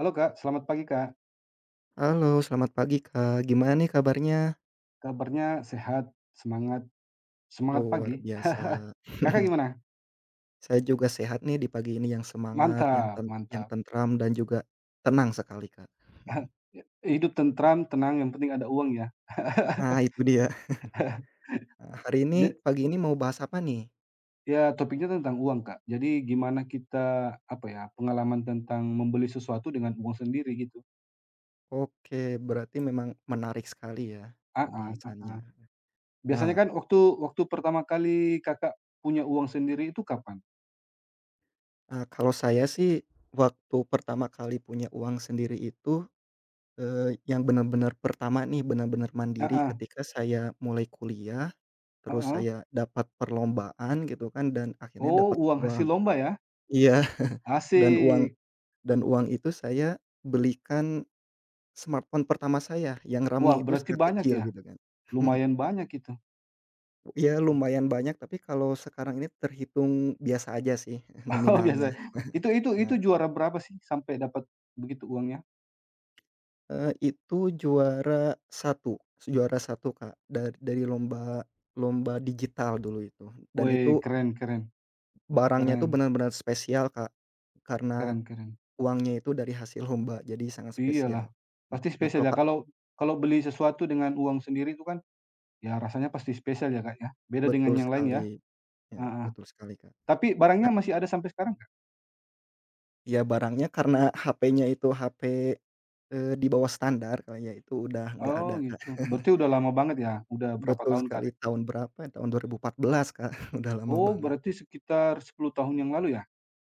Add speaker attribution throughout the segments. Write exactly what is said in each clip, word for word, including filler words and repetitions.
Speaker 1: Halo Kak, selamat pagi Kak.
Speaker 2: Halo, selamat pagi, Kak. Gimana nih kabarnya?
Speaker 1: Kabarnya sehat, semangat semangat
Speaker 2: Luar
Speaker 1: pagi.
Speaker 2: biasa.
Speaker 1: Kakak gimana?
Speaker 2: Saya juga sehat nih di pagi ini yang semangat, yang
Speaker 1: Mantap
Speaker 2: ten yang
Speaker 1: mantap.
Speaker 2: tentram dan juga tenang sekali, Kak.
Speaker 1: Ya, hidup tentram, tenang, yang penting ada uang ya.
Speaker 2: Ah itu dia. Nah, hari ini
Speaker 1: Ja
Speaker 2: pagi ini mau bahas apa nih?
Speaker 1: Ya topiknya tentang uang Kak. Jadi gimana kita, apa ya, pengalaman tentang membeli sesuatu dengan uang sendiri gitu.
Speaker 2: Oke, berarti memang menarik sekali ya
Speaker 1: Ah, ah. Ah.
Speaker 2: pembahasannya. Nah,
Speaker 1: Biasanya kan waktu waktu pertama kali Kakak punya uang sendiri itu kapan?
Speaker 2: eee, Kalau saya sih waktu pertama kali punya uang sendiri itu, eee, yang benar-benar pertama nih, benar-benar
Speaker 1: Ah,
Speaker 2: mandiri
Speaker 1: ah.
Speaker 2: ketika saya mulai kuliah.
Speaker 1: Ah,
Speaker 2: Terus
Speaker 1: ah.
Speaker 2: saya dapat perlombaan gitu kan dan akhirnya
Speaker 1: Oh,
Speaker 2: dapat
Speaker 1: uang hasil
Speaker 2: uang.
Speaker 1: lomba ya?
Speaker 2: Iya, dan uang
Speaker 1: Asik.
Speaker 2: dan uang itu saya belikan smartphone pertama saya yang
Speaker 1: Wah
Speaker 2: RAM-nya itu
Speaker 1: berarti
Speaker 2: sangat
Speaker 1: banyak
Speaker 2: kecil
Speaker 1: ya?
Speaker 2: gitu kan.
Speaker 1: Lumayan banyak itu.
Speaker 2: Ya lumayan banyak, tapi kalau sekarang ini terhitung biasa aja sih,
Speaker 1: Oh,
Speaker 2: nominalnya.
Speaker 1: biasa. Itu itu itu
Speaker 2: Nah,
Speaker 1: juara berapa sih sampai dapat begitu uangnya?
Speaker 2: eee, itu juara satu, juara satu Kak, dari dari lomba, lomba digital dulu itu, dan
Speaker 1: Woi,
Speaker 2: itu
Speaker 1: keren keren
Speaker 2: barangnya tuh
Speaker 1: keren
Speaker 2: benar-benar spesial, Kak, karena
Speaker 1: keren keren.
Speaker 2: uangnya itu dari hasil lomba, jadi sangat
Speaker 1: Iyalah,
Speaker 2: spesial. Nah
Speaker 1: pasti
Speaker 2: nah
Speaker 1: spesial
Speaker 2: kalau
Speaker 1: ya
Speaker 2: Kak
Speaker 1: kalau kalau beli sesuatu dengan uang sendiri itu kan, ya rasanya pasti spesial ya, Kak, ya, beda dengan
Speaker 2: Betul
Speaker 1: yang lain ya?
Speaker 2: sekali, ya
Speaker 1: Heeh.
Speaker 2: betul sekali, Kak.
Speaker 1: Tapi barangnya
Speaker 2: Nah,
Speaker 1: masih ada sampai sekarang nggak?
Speaker 2: ya barangnya karena H P-nya itu H P, eee, di bawah standar, Kak, ya itu udah nggak ada,
Speaker 1: Oh,
Speaker 2: Kak.
Speaker 1: gitu. Berarti udah lama banget ya? Udah berapa
Speaker 2: Betul
Speaker 1: tahun,
Speaker 2: sekali,
Speaker 1: Kak?
Speaker 2: tahun berapa ya, tahun dua ribu empat belas, Kak, udah lama
Speaker 1: Oh,
Speaker 2: banget.
Speaker 1: berarti sekitar sepuluh tahun yang lalu ya?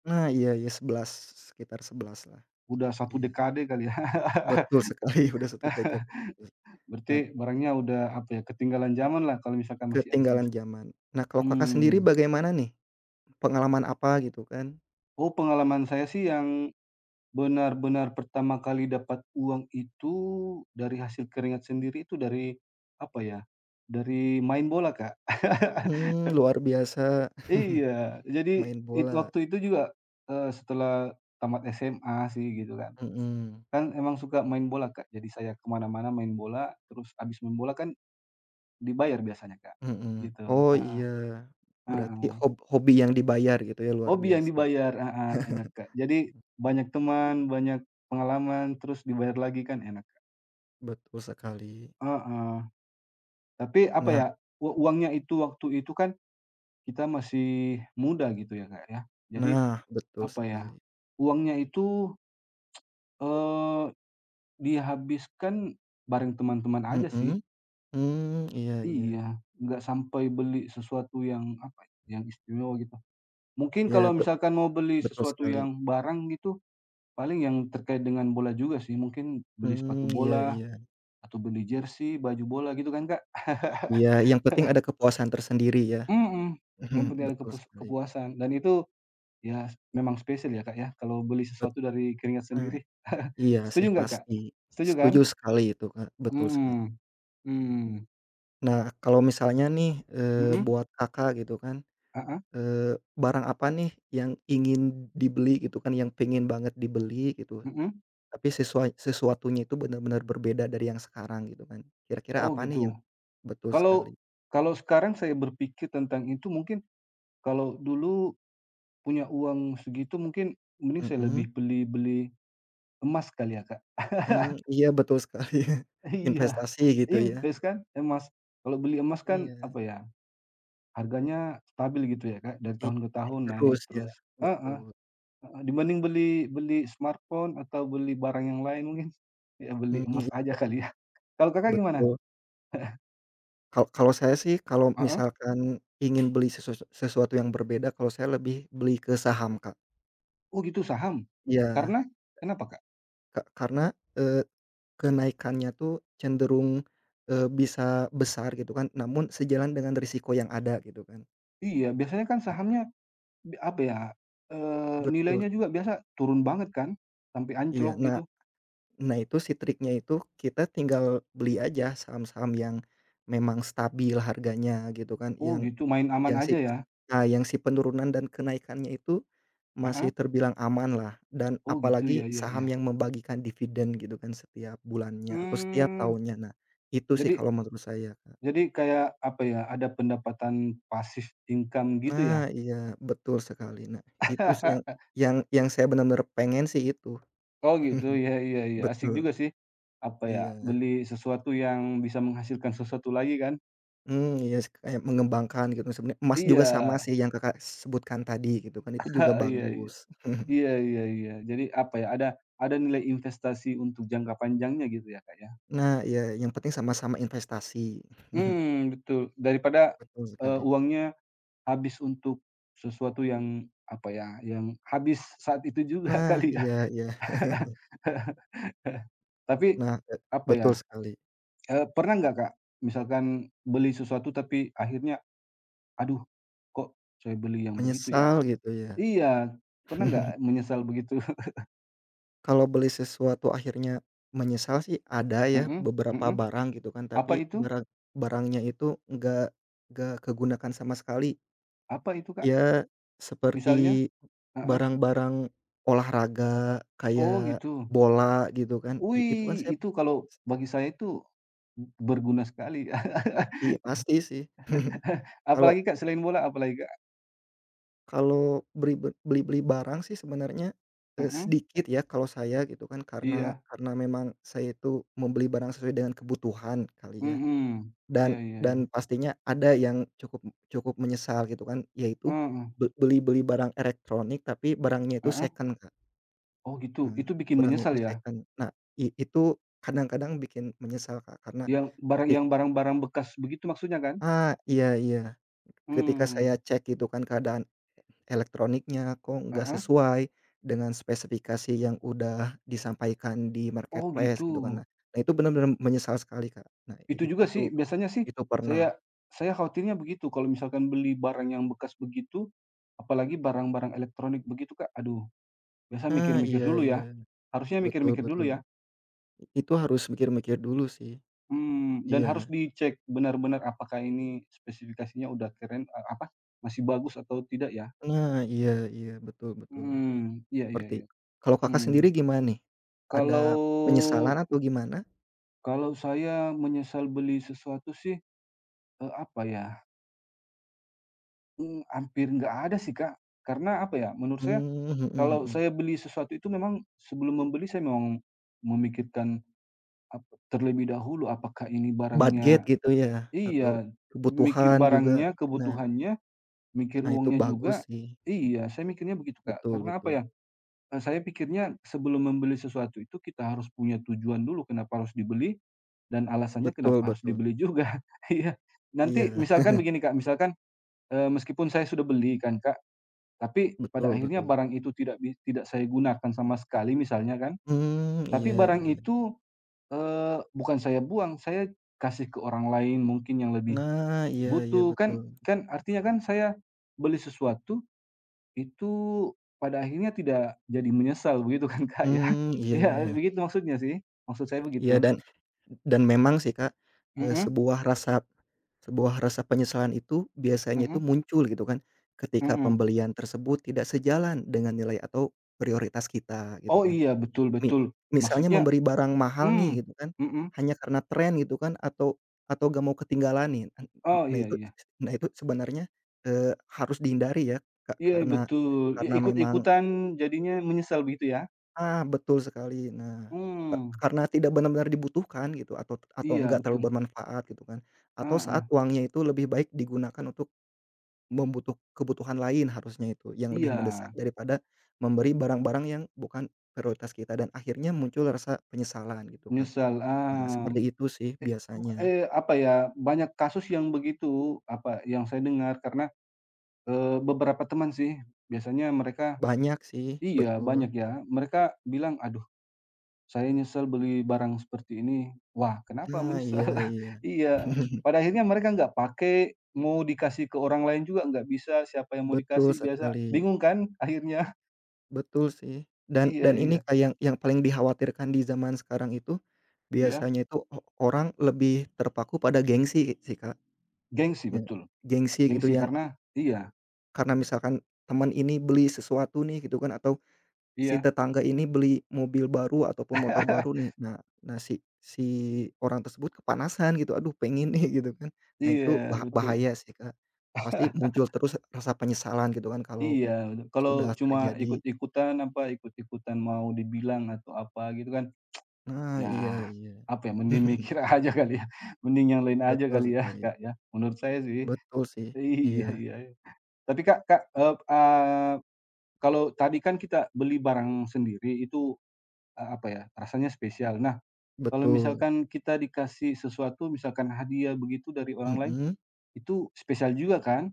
Speaker 2: Nah, iya iya sebelas, sekitar sebelas lah,
Speaker 1: Udah satu
Speaker 2: iya.
Speaker 1: dekade kali ya?
Speaker 2: Betul sekali, udah satu decade. Dan
Speaker 1: Berarti barangnya udah, apa ya, ketinggalan zaman lah kalau misalkan masih ada sampai
Speaker 2: ketinggalan
Speaker 1: sekarang.
Speaker 2: zaman. Nah, kalau Kakak sendiri
Speaker 1: Hmm.
Speaker 2: bagaimana nih? Pengalaman apa gitu kan?
Speaker 1: Oh, pengalaman saya sih yang benar-benar pertama kali dapat uang itu dari hasil keringat sendiri itu dari, apa ya, dari main bola, Kak.
Speaker 2: Mmm, luar biasa,
Speaker 1: Iya, jadi
Speaker 2: main
Speaker 1: itu
Speaker 2: bola.
Speaker 1: waktu itu juga, eee, setelah tamat S M A sih gitu kan.
Speaker 2: Mhm
Speaker 1: Kan emang suka main bola, Kak, jadi saya kemana mana main bola, terus abis main bola kan dibayar biasanya, Kak,
Speaker 2: mhm.
Speaker 1: gitu.
Speaker 2: Oh
Speaker 1: Heeh,
Speaker 2: iya, berarti
Speaker 1: heeh.
Speaker 2: hob hobi yang dibayar gitu ya, luar
Speaker 1: Hobi yang
Speaker 2: biasa.
Speaker 1: dibayar, heeh, enak, Kak. Jadi
Speaker 2: Mhm,
Speaker 1: banyak teman, banyak pengalaman, terus dibayar lagi kan enak.
Speaker 2: betul sekali.
Speaker 1: Heeh, tapi apa
Speaker 2: Nah
Speaker 1: ya, u uangnya itu waktu itu kan kita masih muda gitu ya, Kak, ya. Jadi
Speaker 2: nah, betul
Speaker 1: apa ya,
Speaker 2: sekali.
Speaker 1: uangnya itu, eee, dihabiskan bareng teman-teman aja sih.
Speaker 2: Mhm, mmm, iya iya.
Speaker 1: Iya, nggak sampai beli sesuatu yang apa ya, yang istimewa gitu. Mungkin
Speaker 2: Iya
Speaker 1: kalau
Speaker 2: be
Speaker 1: misalkan mau beli
Speaker 2: betul
Speaker 1: sesuatu
Speaker 2: sekali.
Speaker 1: yang barang gitu, paling yang terkait dengan bola juga sih, mungkin beli sepatu
Speaker 2: Mmm, iya
Speaker 1: bola
Speaker 2: iya.
Speaker 1: atau beli jersey, baju bola gitu kan, Kak.
Speaker 2: Iya, yang penting ada kepuasan tersendiri ya.
Speaker 1: Mhm, yang
Speaker 2: Mhm,
Speaker 1: penting ada
Speaker 2: betul
Speaker 1: kepus
Speaker 2: sekali.
Speaker 1: kepuasan dan itu. Ya, memang spesial ya, Kak, ya, kalau beli
Speaker 2: Bet
Speaker 1: sesuatu dari keringat
Speaker 2: eee,
Speaker 1: sendiri.
Speaker 2: iya
Speaker 1: Setuju
Speaker 2: sih
Speaker 1: nggak, Kak?
Speaker 2: pasti.
Speaker 1: Setuju kan?
Speaker 2: Setuju sekali itu, Kak, betul sekali.
Speaker 1: Mhm. Mmm.
Speaker 2: Nah, kalau misalnya nih, eee,
Speaker 1: Mhm.
Speaker 2: buat Kakak gitu kan.
Speaker 1: Heeh.
Speaker 2: Eee, barang apa nih yang ingin dibeli gitu kan, yang pengen banget dibeli gitu,
Speaker 1: Mhm.
Speaker 2: tapi sesuai sesuatunya itu benar-benar berbeda dari yang sekarang gitu kan. Kira-kira
Speaker 1: Oh,
Speaker 2: apa nih yang
Speaker 1: gitu.
Speaker 2: betul sekali.
Speaker 1: Kalau kalau sekarang saya berpikir tentang itu, mungkin kalau dulu punya uang segitu, mungkin mending saya
Speaker 2: Mhm,
Speaker 1: lebih beli beli emas kali ya, Kak.
Speaker 2: mmm, iya betul sekali.
Speaker 1: Iya,
Speaker 2: Investasi gitu ya.
Speaker 1: invest kan emas. Kalau beli emas kan,
Speaker 2: Iya,
Speaker 1: apa ya, harganya stabil gitu ya, Kak, dari
Speaker 2: iya
Speaker 1: tahun ke
Speaker 2: naik
Speaker 1: tahun naik
Speaker 2: terus ya,
Speaker 1: terus. Heeh.
Speaker 2: betul.
Speaker 1: Heeh, dibanding beli beli smartphone atau beli barang yang lain mungkin, ya beli
Speaker 2: Mhm,
Speaker 1: emas aja
Speaker 2: iya sih,
Speaker 1: kali ya. Kalau Kakak gimana?
Speaker 2: betul. Kal kalau saya sih, kalau
Speaker 1: Heeh,
Speaker 2: misalkan ingin beli sesus sesuatu yang berbeda, kalau saya lebih beli ke saham, Kak.
Speaker 1: oh gitu, saham?
Speaker 2: Iya,
Speaker 1: Karena Kenapa, Kak?
Speaker 2: ka karena, eee kenaikannya tuh cenderung, eee, bisa besar gitu kan, namun sejalan dengan risiko yang ada gitu kan.
Speaker 1: Iya, biasanya kan
Speaker 2: Nah,
Speaker 1: sahamnya bi apa ya, eee,
Speaker 2: betul,
Speaker 1: nilainya juga biasa turun banget kan, sampai
Speaker 2: iya.
Speaker 1: anjlok
Speaker 2: Nah
Speaker 1: gitu.
Speaker 2: nah itu si triknya itu kita tinggal beli aja saham-saham yang memang stabil harganya gitu kan,
Speaker 1: Oh
Speaker 2: yang
Speaker 1: gitu, main aman
Speaker 2: yang
Speaker 1: aja
Speaker 2: si
Speaker 1: ya?
Speaker 2: nah yang si penurunan dan kenaikannya itu masih
Speaker 1: Heeh.
Speaker 2: terbilang amanlah dan
Speaker 1: Oh gitu, ya
Speaker 2: apalagi
Speaker 1: ya ya.
Speaker 2: saham yang membagikan dividen gitu kan setiap bulannya atau setiap
Speaker 1: Mmm,
Speaker 2: tahunnya. Nah, itu sih
Speaker 1: jadi
Speaker 2: kalau menurut saya.
Speaker 1: jadi kayak apa ya, ada pendapatan passive income gitu
Speaker 2: Nah,
Speaker 1: ya?
Speaker 2: iya, betul sekali. Nah, itu sih yang yang yang saya benar-benar pengen sih itu.
Speaker 1: Oh gitu, iya iya iya, asik
Speaker 2: Betul,
Speaker 1: juga sih, apa ya,
Speaker 2: iya.
Speaker 1: beli sesuatu yang bisa menghasilkan sesuatu lagi kan?
Speaker 2: Hmm, iya sih, kayak mengembangkan gitu. Sebenarnya emas
Speaker 1: Iya,
Speaker 2: juga sama sih, yang Kakak sebutkan tadi gitu kan, itu juga
Speaker 1: iya iya,
Speaker 2: bagus.
Speaker 1: iya iya iya, jadi apa ya, ada ada nilai investasi untuk jangka panjangnya gitu ya, Kak, ya?
Speaker 2: Nah, iya, yang penting sama-sama investasi.
Speaker 1: Hmm, betul, daripada,
Speaker 2: Betul
Speaker 1: eee,
Speaker 2: sekali.
Speaker 1: uangnya habis untuk sesuatu yang, apa ya, yang habis saat itu juga
Speaker 2: Nah,
Speaker 1: kali ya.
Speaker 2: iya iya.
Speaker 1: Tapi,
Speaker 2: Nah, eee,
Speaker 1: apa ya,
Speaker 2: betul sekali.
Speaker 1: eee, pernah nggak, Kak, misalkan beli sesuatu tapi akhirnya, aduh, kok saya beli yang begitu ya?
Speaker 2: Menyesal gitu ya.
Speaker 1: Iya, pernah nggak menyesal begitu?
Speaker 2: Kalau beli sesuatu akhirnya menyesal sih ada ya,
Speaker 1: Mhm,
Speaker 2: beberapa
Speaker 1: mhm.
Speaker 2: barang gitu kan,
Speaker 1: Apa
Speaker 2: tapi
Speaker 1: itu
Speaker 2: barang barangnya itu nggak nggak kegunakan sama sekali.
Speaker 1: apa itu, Kak,
Speaker 2: Ya
Speaker 1: misalnya?
Speaker 2: seperti
Speaker 1: Heeh.
Speaker 2: barang-barang olahraga
Speaker 1: Oh
Speaker 2: kayak
Speaker 1: gitu.
Speaker 2: bola gitu kan, i itu kan
Speaker 1: Wih,
Speaker 2: saya
Speaker 1: itu kalau bagi saya itu berguna sekali.
Speaker 2: iya pasti sih. Kalau
Speaker 1: Apalagi, Kak, selain bola apalagi, Kak?
Speaker 2: kalau beri beli-beli barang sih sebenarnya, eee,
Speaker 1: Mhm.
Speaker 2: sedikit ya kalau saya gitu kan, karena
Speaker 1: Iya.
Speaker 2: karena memang saya itu membeli barang sesuai dengan kebutuhan kali ya.
Speaker 1: Mhm.
Speaker 2: Dan
Speaker 1: Iya iya iya.
Speaker 2: dan pastinya ada yang cukup cukup menyesal gitu kan, yaitu
Speaker 1: Heeh,
Speaker 2: be beli-beli barang elektronik tapi barangnya itu
Speaker 1: heeh.
Speaker 2: second, Kak.
Speaker 1: Oh gitu,
Speaker 2: Eee,
Speaker 1: itu bikin
Speaker 2: Barangnya
Speaker 1: menyesal
Speaker 2: itu
Speaker 1: ya?
Speaker 2: second. Nah, i itu kadang-kadang bikin menyesal, Kak, karena
Speaker 1: Yang barang
Speaker 2: ketik
Speaker 1: yang barang-barang bekas begitu maksudnya kan?
Speaker 2: ah, iya iya. Ketika saya
Speaker 1: Mmm,
Speaker 2: cek gitu kan, keadaan elektroniknya kok nggak
Speaker 1: heeh.
Speaker 2: sesuai dengan spesifikasi yang udah disampaikan di
Speaker 1: Oh
Speaker 2: marketplace
Speaker 1: gitu.
Speaker 2: gitu kan. Nah, nah itu benar-benar menyesal sekali, Kak. Nah,
Speaker 1: Itu
Speaker 2: i i-
Speaker 1: juga
Speaker 2: itu
Speaker 1: sih, biasanya sih
Speaker 2: itu
Speaker 1: saya
Speaker 2: pernah.
Speaker 1: saya khawatirnya begitu kalau misalkan beli barang yang bekas begitu, apalagi barang-barang elektronik begitu, Kak, aduh, biasa
Speaker 2: Ah,
Speaker 1: mikir-mikir
Speaker 2: iya
Speaker 1: dulu
Speaker 2: iya.
Speaker 1: ya, harusnya
Speaker 2: Betul
Speaker 1: mikir-mikir dulu
Speaker 2: betul.
Speaker 1: ya.
Speaker 2: Itu harus mikir-mikir dulu sih.
Speaker 1: Hmm, dan
Speaker 2: Iya.
Speaker 1: harus dicek benar-benar apakah ini spesifikasinya udah keren, eee, apa, masih bagus atau tidak ya.
Speaker 2: Nah, iya iya, betul betul,
Speaker 1: Hmm, iya iya
Speaker 2: ngerti.
Speaker 1: iya.
Speaker 2: Kalau Kakak
Speaker 1: Hmm.
Speaker 2: sendiri gimana nih?
Speaker 1: Kalau
Speaker 2: Ada penyesalan atau gimana?
Speaker 1: kalau saya menyesal beli sesuatu sih, eee, apa ya, mmm, hampir nggak ada sih, Kak, karena apa ya, menurut saya,
Speaker 2: Mmm, mhm
Speaker 1: kalau
Speaker 2: mhm.
Speaker 1: saya beli sesuatu itu memang sebelum membeli saya memang memikirkan ap terlebih dahulu apakah ini
Speaker 2: Budget
Speaker 1: barangnya.
Speaker 2: gitu ya atau
Speaker 1: Iya, mikir
Speaker 2: kebutuhan juga.
Speaker 1: barangnya,
Speaker 2: Nah,
Speaker 1: kebutuhannya, mikir
Speaker 2: nah itu
Speaker 1: uangnya
Speaker 2: bagus
Speaker 1: juga.
Speaker 2: sih.
Speaker 1: Iya, saya mikirnya begitu, Kak.
Speaker 2: Betul
Speaker 1: Karena apa ya,
Speaker 2: betul.
Speaker 1: eee, saya pikirnya sebelum membeli sesuatu itu kita harus punya tujuan dulu kenapa harus dibeli, dan alasannya
Speaker 2: Betul
Speaker 1: kenapa harus
Speaker 2: betul.
Speaker 1: dibeli juga. Iya, nanti
Speaker 2: Iya,
Speaker 1: misalkan begini, Kak, misalkan, eee, meskipun saya sudah beli kan, Kak, tapi pada
Speaker 2: betul
Speaker 1: akhirnya
Speaker 2: betul.
Speaker 1: barang itu tidak bi tidak saya gunakan sama sekali misalnya kan,
Speaker 2: Mmm,
Speaker 1: tapi
Speaker 2: iya
Speaker 1: barang
Speaker 2: iya.
Speaker 1: itu, eee, bukan saya buang, saya kasih ke orang lain mungkin yang lebih
Speaker 2: Nah, iya iya,
Speaker 1: butuh,
Speaker 2: betul.
Speaker 1: kan kan artinya kan saya beli sesuatu itu pada akhirnya tidak jadi menyesal begitu kan, Kak, ya.
Speaker 2: Mmm, iya
Speaker 1: Ya
Speaker 2: iya.
Speaker 1: begitu maksudnya sih, maksud saya
Speaker 2: Iya,
Speaker 1: begitu.
Speaker 2: dan dan memang sih Kak, eee,
Speaker 1: Mhm,
Speaker 2: sebuah rasa sebuah rasa penyesalan itu biasanya itu
Speaker 1: mhm,
Speaker 2: muncul gitu kan, ketika
Speaker 1: mhm.
Speaker 2: pembelian tersebut tidak sejalan dengan nilai atau prioritas kita gitu
Speaker 1: Oh
Speaker 2: kan.
Speaker 1: iya, betul
Speaker 2: Mi
Speaker 1: betul,
Speaker 2: Misalnya
Speaker 1: maksudnya.
Speaker 2: memberi barang mahal
Speaker 1: Mmm,
Speaker 2: nih gitu kan,
Speaker 1: mhm.
Speaker 2: hanya karena tren gitu kan, atau atau gak mau ketinggalan nih, an
Speaker 1: Oh,
Speaker 2: nah
Speaker 1: iya
Speaker 2: itu
Speaker 1: iya.
Speaker 2: nah itu sebenarnya, eee, harus dihindari ya Kak,
Speaker 1: Iya
Speaker 2: karena
Speaker 1: betul, ya
Speaker 2: karena memang
Speaker 1: ikut-ikutan jadinya menyesal begitu ya?
Speaker 2: ah, betul sekali. Nah, ka
Speaker 1: Mmm,
Speaker 2: karena tidak benar-benar dibutuhkan gitu, atau atau
Speaker 1: iya
Speaker 2: enggak
Speaker 1: betul,
Speaker 2: terlalu bermanfaat gitu kan, atau saat
Speaker 1: heeh,
Speaker 2: uangnya itu lebih baik digunakan untuk membutuh kebutuhan lain harusnya itu, yang lebih
Speaker 1: iya
Speaker 2: mendesak daripada memberi barang-barang yang bukan prioritas kita, dan akhirnya muncul rasa penyesalan gitu kan.
Speaker 1: menyesal,
Speaker 2: Nah,
Speaker 1: ah,
Speaker 2: seperti itu sih
Speaker 1: e
Speaker 2: biasanya.
Speaker 1: eee, apa ya, banyak kasus yang begitu, apa, yang saya dengar karena, eee, beberapa teman sih biasanya mereka
Speaker 2: Banyak sih,
Speaker 1: iya
Speaker 2: betul.
Speaker 1: banyak ya, mereka bilang, "Aduh, saya nyesel beli barang seperti ini." Wah kenapa
Speaker 2: Nah,
Speaker 1: menyesal?
Speaker 2: iya iya.
Speaker 1: Iya, pada akhirnya mereka nggak pakai, mau dikasih ke orang lain juga nggak bisa, siapa yang mau
Speaker 2: Betul
Speaker 1: dikasih biasa
Speaker 2: sekali.
Speaker 1: bingung kan akhirnya.
Speaker 2: Betul sih, dan
Speaker 1: Iya
Speaker 2: dan ini
Speaker 1: iya.
Speaker 2: kayak yang yang paling dikhawatirkan di zaman sekarang itu,
Speaker 1: Iya,
Speaker 2: biasanya itu o orang lebih terpaku pada gengsi sih Kak,
Speaker 1: gengsi
Speaker 2: ya.
Speaker 1: betul,
Speaker 2: Gengsi gitu
Speaker 1: gengsi
Speaker 2: yang
Speaker 1: karena iya
Speaker 2: karena misalkan teman ini beli sesuatu nih gitu kan, atau si
Speaker 1: iya
Speaker 2: tetangga ini beli mobil baru ataupun motor baru nih. Nah nah si si Orang tersebut kepanasan gitu, "Aduh, pengen nih," gitu kan. Nah itu
Speaker 1: iya
Speaker 2: bah
Speaker 1: betul,
Speaker 2: bahaya sih, Kak, pasti muncul terus rasa penyesalan gitu kan kalau
Speaker 1: iya betul. Kalau
Speaker 2: sudah
Speaker 1: cuma
Speaker 2: terjadi.
Speaker 1: ikut-ikutan apa, ikut-ikutan mau dibilang atau apa gitu kan,
Speaker 2: Nah,
Speaker 1: ya
Speaker 2: iya iya.
Speaker 1: apa ya, mending mikir aja kali ya, mending yang lain aja
Speaker 2: Betul
Speaker 1: kali ya,
Speaker 2: sekali,
Speaker 1: Kak, ya, menurut saya sih.
Speaker 2: betul sih,
Speaker 1: Iya
Speaker 2: iya,
Speaker 1: iya. Iya. Tapi Kak Kak, eee eee, kalau tadi kan kita beli barang sendiri itu, eee, apa ya, rasanya spesial. Nah, kalau
Speaker 2: betul,
Speaker 1: misalkan kita dikasih sesuatu, misalkan hadiah begitu dari orang lain.
Speaker 2: mhm,
Speaker 1: Itu spesial juga kan?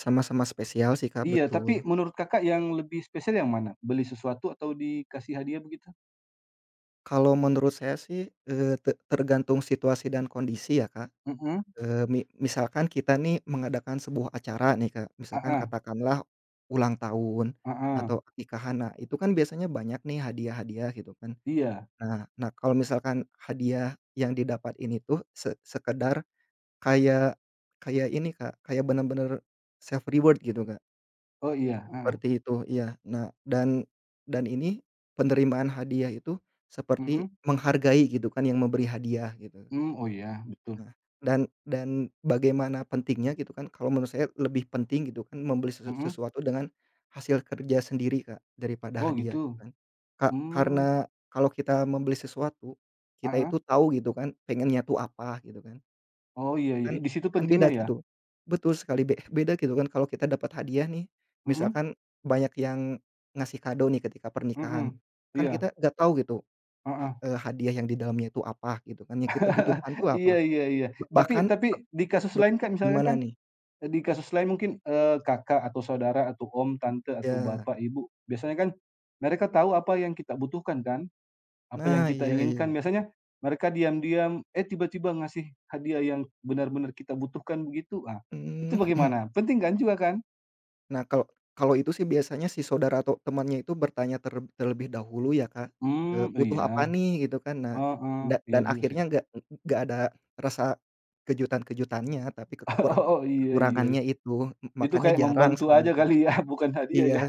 Speaker 2: sama-sama spesial sih, Kak,
Speaker 1: Iya,
Speaker 2: betul.
Speaker 1: tapi menurut Kakak yang lebih spesial yang mana? Beli sesuatu atau dikasih hadiah begitu?
Speaker 2: Kalau menurut saya sih, eee, te tergantung situasi dan kondisi ya, Kak,
Speaker 1: Mhm.
Speaker 2: eee, mi misalkan kita nih mengadakan sebuah acara nih, Kak, misalkan
Speaker 1: Heeh,
Speaker 2: katakanlah ulang tahun
Speaker 1: heeh.
Speaker 2: atau nikahan, nah itu kan biasanya banyak nih hadiah-hadiah gitu kan.
Speaker 1: Iya.
Speaker 2: Nah nah Kalau misalkan hadiah yang didapat ini tuh se sekedar kayak kayak ini, Kak, kayak bener-bener self reward gitu, Kak.
Speaker 1: Oh iya. Heeh.
Speaker 2: Seperti itu, iya. Nah, dan dan ini penerimaan hadiah itu seperti
Speaker 1: Mhm.
Speaker 2: menghargai gitu kan yang memberi hadiah gitu.
Speaker 1: Mmm. Oh iya, betul.
Speaker 2: Nah, dan dan bagaimana pentingnya gitu kan, kalau menurut saya lebih penting gitu kan membeli sesu
Speaker 1: Mhm.
Speaker 2: sesuatu dengan hasil kerja sendiri, Kak, daripada
Speaker 1: Oh
Speaker 2: hadiah
Speaker 1: gitu.
Speaker 2: gitu kan. Ka
Speaker 1: Mmm.
Speaker 2: karena kalau kita membeli sesuatu, kita
Speaker 1: Heeh.
Speaker 2: itu tahu gitu kan pengennya tuh apa gitu kan.
Speaker 1: Oh iya iya,
Speaker 2: Kan
Speaker 1: di situ
Speaker 2: kan beda
Speaker 1: pentingnya ya?
Speaker 2: gitu. Betul sekali, be beda gitu kan kalau kita dapat hadiah nih,
Speaker 1: Mhm,
Speaker 2: misalkan banyak yang ngasih kado nih ketika pernikahan,
Speaker 1: mhm.
Speaker 2: kan
Speaker 1: Iya.
Speaker 2: kita nggak tahu gitu ha
Speaker 1: Heeh.
Speaker 2: eee, hadiah yang di dalamnya itu apa gitu kan, yang kita butuhkan tuh
Speaker 1: iya
Speaker 2: apa,
Speaker 1: iya iya, tapi
Speaker 2: bahkan
Speaker 1: tapi di kasus
Speaker 2: bet
Speaker 1: lain Kak, misalkan
Speaker 2: gimana
Speaker 1: Kak
Speaker 2: nih?
Speaker 1: di kasus lain mungkin, eee, kakak atau saudara atau om, tante, atau
Speaker 2: Ya,
Speaker 1: bapak, ibu, biasanya kan mereka tahu apa yang kita butuhkan kan, apa yang
Speaker 2: nah
Speaker 1: kita
Speaker 2: iya iya,
Speaker 1: inginkan. Biasanya mereka diam-diam, eh, tiba-tiba ngasih hadiah yang benar-benar kita butuhkan begitu, ah, itu
Speaker 2: mhm.
Speaker 1: bagaimana? Penting kan juga kan?
Speaker 2: Nah, kalau kalau itu sih biasanya si saudara atau temannya itu bertanya ter terlebih dahulu ya, Kak,
Speaker 1: Mmm,
Speaker 2: eee, "Butuh
Speaker 1: iya,
Speaker 2: apa nih?" Gitu kan. Nah,
Speaker 1: heeh,
Speaker 2: da
Speaker 1: iya
Speaker 2: dan
Speaker 1: juga sih.
Speaker 2: akhirnya nggak nggak ada rasa kejutan-kejutannya, tapi ke kekur
Speaker 1: Oh, oh, iya iya.
Speaker 2: kekurangannya itu, m
Speaker 1: Itu
Speaker 2: makanya
Speaker 1: kayak
Speaker 2: jarang
Speaker 1: membantu aja
Speaker 2: sebenarnya.
Speaker 1: kali ya, bukan hadiah
Speaker 2: Iya,
Speaker 1: ya?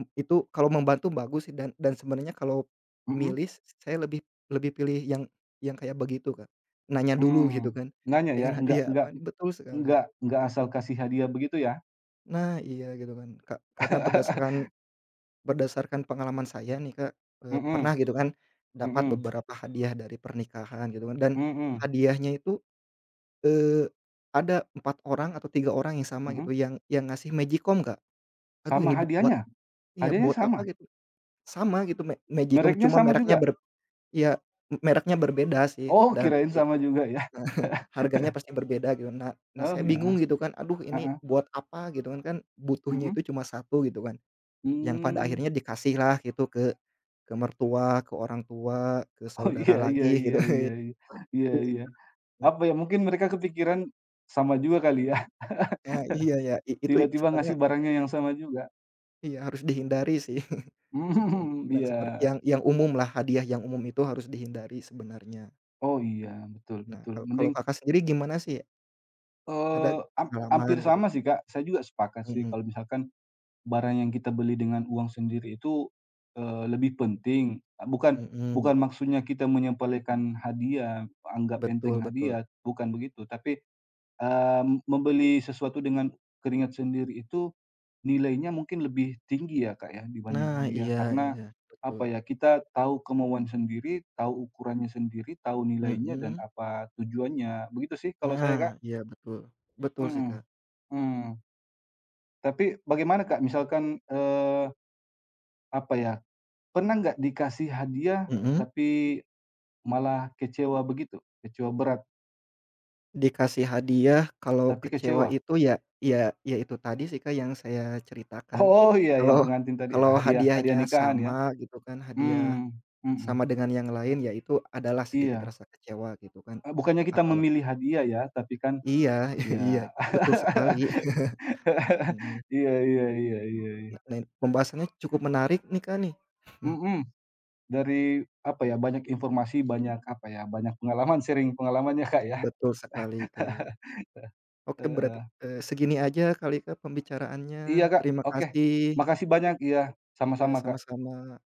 Speaker 2: m itu kalau membantu bagus sih, dan dan sebenarnya kalau
Speaker 1: Mhm,
Speaker 2: milih, s saya lebih lebih pilih yang yang kayak begitu, Kak. Nanya dulu
Speaker 1: mmm,
Speaker 2: gitu kan,
Speaker 1: nanya ya,
Speaker 2: "Pengen
Speaker 1: nggak
Speaker 2: hadiah
Speaker 1: nggak
Speaker 2: apa nih?" Betul sekali.
Speaker 1: nggak nggak asal kasih hadiah begitu ya?
Speaker 2: Nah, iya gitu kan, Kak, karena berdasarkan berdasarkan pengalaman saya nih Kak, eee,
Speaker 1: Mhm,
Speaker 2: pernah gitu kan dapat
Speaker 1: mhm.
Speaker 2: beberapa hadiah dari pernikahan gitu kan, dan
Speaker 1: Mhm,
Speaker 2: hadiahnya itu, eee, ada empat orang atau tiga orang yang sama
Speaker 1: mhm.
Speaker 2: gitu yang yang ngasih Magicom, Kak. Aduh,
Speaker 1: Sama
Speaker 2: ini bu buat
Speaker 1: hadiahnya?
Speaker 2: iya
Speaker 1: Hadiahnya
Speaker 2: buat
Speaker 1: sama?
Speaker 2: apa gitu, sama gitu, Ma Magicom,
Speaker 1: Mereknya
Speaker 2: cuma
Speaker 1: sama
Speaker 2: mereknya
Speaker 1: juga?
Speaker 2: ber iya mereknya berbeda sih,
Speaker 1: Oh,
Speaker 2: dan
Speaker 1: kirain
Speaker 2: i
Speaker 1: sama juga ya.
Speaker 2: nah, harganya pasti berbeda gitu. Nah nah
Speaker 1: Oh,
Speaker 2: Saya bingung
Speaker 1: ya,
Speaker 2: gitu kan, aduh ini
Speaker 1: heeh,
Speaker 2: buat apa gitu kan, kan butuhnya
Speaker 1: mhm,
Speaker 2: itu cuma satu gitu kan. Yang pada
Speaker 1: mmm,
Speaker 2: akhirnya dikasihlah gitu ke ke mertua, ke orang tua, ke
Speaker 1: oh,
Speaker 2: saudara
Speaker 1: iya iya
Speaker 2: lagi gitu.
Speaker 1: iya iya iya, iya iya. Apa ya, mungkin mereka kepikiran sama juga kali ya,
Speaker 2: Nah iya ya, i itu
Speaker 1: tiba-tiba
Speaker 2: sebenarnya
Speaker 1: ngasih barangnya yang sama juga.
Speaker 2: iya harus dihindari sih, eee,
Speaker 1: Mhm,
Speaker 2: pikiran
Speaker 1: iya.
Speaker 2: seperti yang yang umum lah, hadiah yang umum itu harus dihindari sebenarnya.
Speaker 1: Oh, iya, betul
Speaker 2: Nah,
Speaker 1: betul.
Speaker 2: kalau kalau
Speaker 1: Mending,
Speaker 2: Kakak sendiri gimana sih? Ada
Speaker 1: eee, ham
Speaker 2: pengalaman
Speaker 1: hampir
Speaker 2: gitu?
Speaker 1: sama sih, Kak. Saya juga sepakat sih
Speaker 2: Mhm
Speaker 1: kalau misalkan barang yang kita beli dengan uang sendiri itu, eee, lebih penting. Ah, bukan
Speaker 2: mhm,
Speaker 1: bukan maksudnya kita menyepelekan hadiah, anggap enteng
Speaker 2: betul betul.
Speaker 1: hadiah, bukan begitu. Tapi, eee, membeli sesuatu dengan keringat sendiri itu nilainya mungkin lebih tinggi ya, Kak, ya, dibanding
Speaker 2: Nah
Speaker 1: hadiah.
Speaker 2: iya
Speaker 1: Karena
Speaker 2: iya, betul.
Speaker 1: apa ya, kita tahu kemauan sendiri, tahu ukurannya sendiri, tahu nilainya dan
Speaker 2: Mhm,
Speaker 1: apa tujuannya. Begitu sih kalau saya,
Speaker 2: nah
Speaker 1: Kak.
Speaker 2: iya betul. Betul sih,
Speaker 1: Hmm,
Speaker 2: Kak.
Speaker 1: mhm. Tapi bagaimana, Kak, misalkan, eee, apa ya, pernah nggak dikasih hadiah,
Speaker 2: Mhm.
Speaker 1: tapi malah kecewa begitu? Kecewa berat,
Speaker 2: Dikasih hadiah, kalau
Speaker 1: tapi
Speaker 2: kecewa
Speaker 1: kecewa?
Speaker 2: itu ya ya ya itu tadi sih, Kak, yang saya ceritakan.
Speaker 1: Oh iya, yang
Speaker 2: Kalau
Speaker 1: pengantin tadi ya,
Speaker 2: kalau
Speaker 1: hadiah hadiah
Speaker 2: hadiahnya
Speaker 1: nikahan ya?
Speaker 2: sama gitu kan, hadiah
Speaker 1: Hmm, mhm,
Speaker 2: sama dengan yang lain, ya itu adalah sedikit
Speaker 1: iya.
Speaker 2: rasa kecewa gitu kan.
Speaker 1: Eee, bukannya
Speaker 2: A
Speaker 1: kita
Speaker 2: apala
Speaker 1: memilih hadiah ya, tapi kan
Speaker 2: Iya, iya,
Speaker 1: ya
Speaker 2: betul sekali. Mhm.
Speaker 1: iya iya iya iya iya.
Speaker 2: Lain pembahasannya cukup menarik nih, Kak, nih.
Speaker 1: Mhm, dari apa ya, banyak informasi, banyak apa ya, banyak pengalaman, sharing pengalamannya Kak ya.
Speaker 2: Betul sekali, Kak. Oke berarti,
Speaker 1: Heeh.
Speaker 2: eee, segini aja kali, Kak,
Speaker 1: Iya
Speaker 2: pembicaraannya.
Speaker 1: Kak,
Speaker 2: Terima
Speaker 1: oke.
Speaker 2: kasih.
Speaker 1: Makasih banyak, iya,
Speaker 2: Ya
Speaker 1: sama-sama Kak.
Speaker 2: sama-sama.